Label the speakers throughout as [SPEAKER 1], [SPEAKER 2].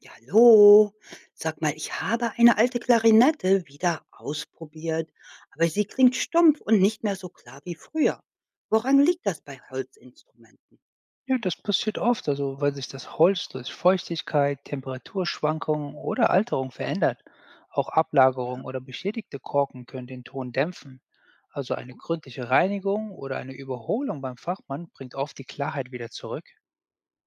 [SPEAKER 1] Ja, hallo. Sag mal, ich habe eine alte Klarinette wieder ausprobiert, aber sie klingt stumpf und nicht mehr so klar wie früher. Woran liegt das bei Holzinstrumenten?
[SPEAKER 2] Ja, das passiert oft, also weil sich das Holz durch Feuchtigkeit, Temperaturschwankungen oder Alterung verändert. Auch Ablagerung oder beschädigte Korken können den Ton dämpfen. Also eine gründliche Reinigung oder eine Überholung beim Fachmann bringt oft die Klarheit wieder zurück.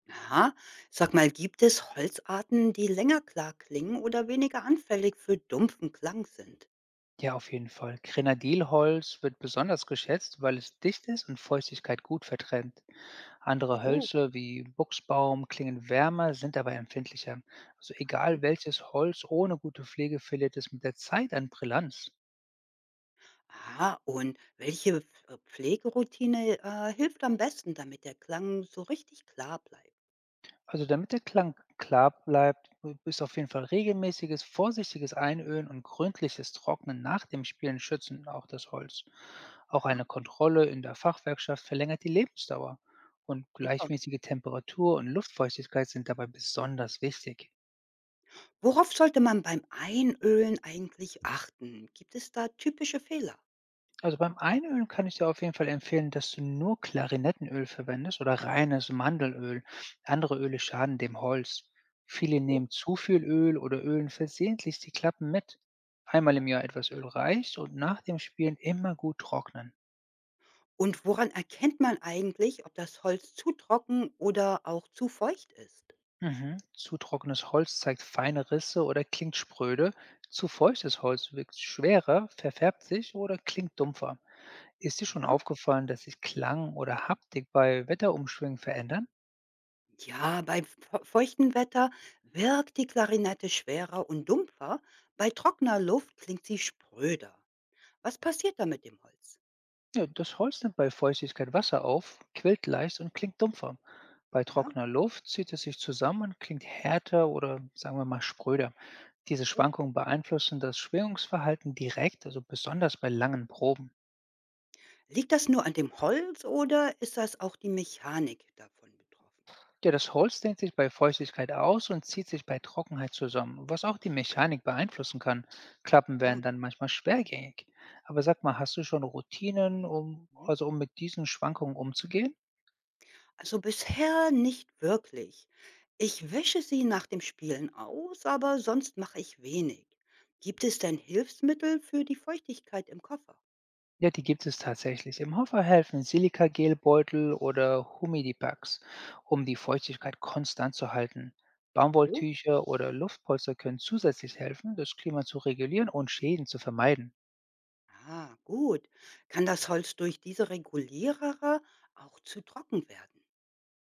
[SPEAKER 1] Aha, sag mal, gibt es Holzarten, die länger klar klingen oder weniger anfällig für dumpfen Klang sind?
[SPEAKER 2] Ja, auf jeden Fall. Grenadilholz wird besonders geschätzt, weil es dicht ist und Feuchtigkeit gut verträgt. Andere
[SPEAKER 1] So.
[SPEAKER 2] Hölzer wie Buchsbaum klingen wärmer, sind aber empfindlicher. Also
[SPEAKER 1] Aha,
[SPEAKER 2] egal welches Holz, ohne gute Pflege verliert es mit der Zeit an Brillanz.
[SPEAKER 1] Aha, und welche Pflegeroutine hilft am besten, damit der Klang so richtig klar bleibt?
[SPEAKER 2] Also damit der Klang klar bleibt, ist auf jeden Fall regelmäßiges, vorsichtiges Einölen und gründliches Trocknen nach dem Spielen schützen auch das Holz. Auch
[SPEAKER 1] Aha,
[SPEAKER 2] eine Kontrolle in der Fachwerkschaft verlängert die Lebensdauer. Und
[SPEAKER 1] super.
[SPEAKER 2] gleichmäßige Temperatur und Luftfeuchtigkeit sind dabei besonders wichtig.
[SPEAKER 1] Worauf sollte man beim Einölen eigentlich achten? Gibt es da typische Fehler?
[SPEAKER 2] Also beim Einölen kann ich dir auf jeden Fall empfehlen, dass du nur Klarinettenöl verwendest oder reines Mandelöl. Andere Öle schaden dem Holz. Viele
[SPEAKER 1] So,
[SPEAKER 2] nehmen zu viel Öl oder ölen versehentlich die Klappen mit.
[SPEAKER 1] ja.
[SPEAKER 2] Einmal im Jahr etwas Öl reicht und nach dem Spielen immer gut trocknen.
[SPEAKER 1] Und woran erkennt man eigentlich, ob das Holz zu trocken oder auch zu feucht ist?
[SPEAKER 2] Mhm. Zu trockenes Holz zeigt feine Risse oder klingt spröde. Zu feuchtes Holz wirkt schwerer, verfärbt sich oder klingt dumpfer. Ist dir
[SPEAKER 1] Ah
[SPEAKER 2] schon
[SPEAKER 1] ja?
[SPEAKER 2] aufgefallen, dass sich Klang oder Haptik bei Wetterumschwüngen verändern?
[SPEAKER 1] Ja, bei feuchtem Wetter wirkt die Klarinette schwerer und dumpfer, bei trockener Luft klingt sie spröder. Was passiert da mit dem Holz?
[SPEAKER 2] Ja, das Holz nimmt bei Feuchtigkeit Wasser auf, quillt leicht und klingt dumpfer. Bei
[SPEAKER 1] Ja?
[SPEAKER 2] trockener Luft zieht es sich zusammen und klingt härter oder sagen wir mal spröder. Diese
[SPEAKER 1] Oh.
[SPEAKER 2] Schwankungen beeinflussen das Schwingungsverhalten direkt, also besonders bei langen Proben.
[SPEAKER 1] Liegt das nur an dem Holz oder ist das auch die Mechanik davon betroffen?
[SPEAKER 2] Ja, das Holz dehnt sich bei Feuchtigkeit aus und zieht sich bei Trockenheit zusammen, was auch die Mechanik beeinflussen kann. Klappen
[SPEAKER 1] Ah.
[SPEAKER 2] werden dann manchmal schwergängig. Aber sag mal, hast du schon Routinen, um, also um mit diesen Schwankungen umzugehen?
[SPEAKER 1] Also bisher nicht wirklich. Ich wische sie nach dem Spielen aus, aber sonst mache ich wenig. Gibt es denn Hilfsmittel für die Feuchtigkeit im Koffer?
[SPEAKER 2] Ja, die gibt es tatsächlich. Im Hofer helfen Silikagelbeutel oder Humidipacks, um die Feuchtigkeit konstant zu halten.
[SPEAKER 1] So?
[SPEAKER 2] Baumwolltücher oder Luftpolster können zusätzlich helfen, das Klima zu regulieren und Schäden zu vermeiden.
[SPEAKER 1] Ah, gut. Kann das Holz durch diese Regulierer auch zu trocken werden?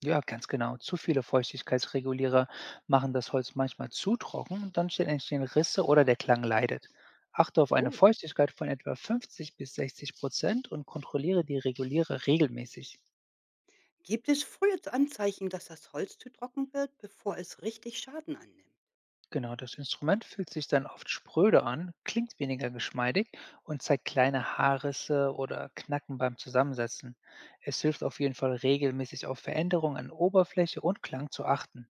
[SPEAKER 2] Ja, ganz genau. Zu viele Feuchtigkeitsregulierer machen das Holz manchmal zu trocken und dann entstehen Risse oder der Klang leidet. Achte auf eine
[SPEAKER 1] So.
[SPEAKER 2] Feuchtigkeit von etwa 50 bis 60% und kontrolliere die Regulierer regelmäßig.
[SPEAKER 1] Gibt es frühe Anzeichen, dass das Holz zu trocken wird, bevor es richtig Schaden annimmt?
[SPEAKER 2] Genau, das Instrument fühlt sich dann oft spröde an, klingt weniger geschmeidig und zeigt kleine Haarrisse oder Knacken beim Zusammensetzen. Es hilft
[SPEAKER 1] Ach,
[SPEAKER 2] auf jeden Fall regelmäßig auf Veränderungen an Oberfläche und Klang zu achten.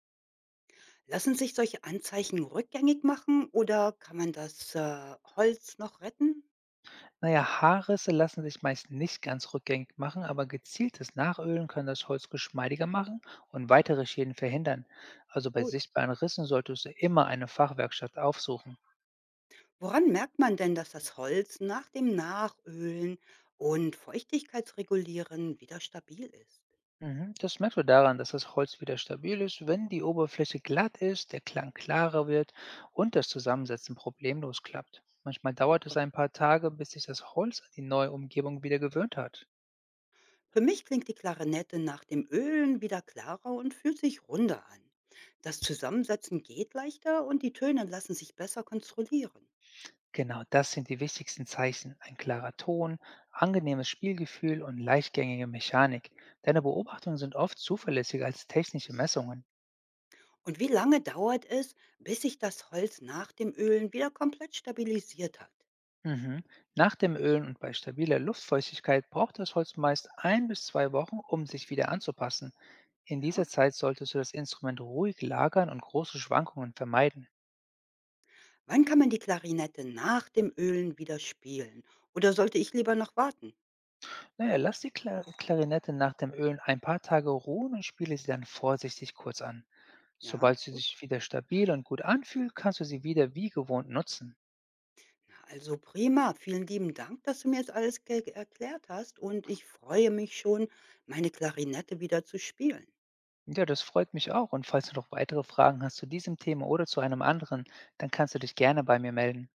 [SPEAKER 1] lassen sich solche Anzeichen rückgängig machen oder kann man das Holz noch retten?
[SPEAKER 2] Naja, Haarrisse lassen sich meist nicht ganz rückgängig machen, aber gezieltes Nachölen kann das Holz geschmeidiger machen und weitere Schäden verhindern. Also bei
[SPEAKER 1] Gut.
[SPEAKER 2] sichtbaren Rissen solltest du immer eine Fachwerkstatt aufsuchen.
[SPEAKER 1] Woran merkt man denn, dass das Holz nach dem Nachölen und Feuchtigkeitsregulieren wieder stabil ist?
[SPEAKER 2] Mhm. Das merkst du daran, dass das Holz wieder stabil ist, wenn die Oberfläche glatt ist, der Klang klarer wird und das Zusammensetzen problemlos klappt. Manchmal dauert es
[SPEAKER 1] Super.
[SPEAKER 2] ein paar Tage, bis sich das Holz an die neue Umgebung wieder gewöhnt hat.
[SPEAKER 1] Für mich klingt die Klarinette nach dem Ölen wieder klarer und fühlt sich runder an. Das Zusammensetzen geht leichter und die Töne lassen sich besser kontrollieren.
[SPEAKER 2] Genau das sind die wichtigsten Zeichen. Ein klarer Ton, angenehmes Spielgefühl und leichtgängige Mechanik. Deine Beobachtungen sind oft zuverlässiger als technische Messungen.
[SPEAKER 1] Und wie lange dauert es, bis sich das Holz nach dem Ölen wieder komplett stabilisiert hat?
[SPEAKER 2] Mhm. Nach dem Ölen und bei stabiler Luftfeuchtigkeit braucht das Holz meist 1 bis 2 Wochen, um sich wieder anzupassen. In
[SPEAKER 1] Ja?
[SPEAKER 2] dieser Zeit solltest du das Instrument ruhig lagern und große Schwankungen vermeiden.
[SPEAKER 1] Wann kann man die Klarinette nach dem Ölen wieder spielen? Oder sollte ich lieber noch warten?
[SPEAKER 2] Naja, lass die Klarinette nach dem Ölen ein paar Tage ruhen und spiele sie dann vorsichtig kurz an.
[SPEAKER 1] Ja,
[SPEAKER 2] Sobald sie
[SPEAKER 1] gut.
[SPEAKER 2] sich wieder stabil und gut anfühlt, kannst du sie wieder wie gewohnt nutzen.
[SPEAKER 1] Ja, also prima. Vielen lieben Dank, dass du mir jetzt alles ge erklärt hast und ich freue mich schon, meine Klarinette wieder zu spielen.
[SPEAKER 2] Ja, das freut mich auch. Und falls du noch weitere Fragen hast zu diesem Thema oder zu einem anderen, dann kannst du dich gerne bei mir melden.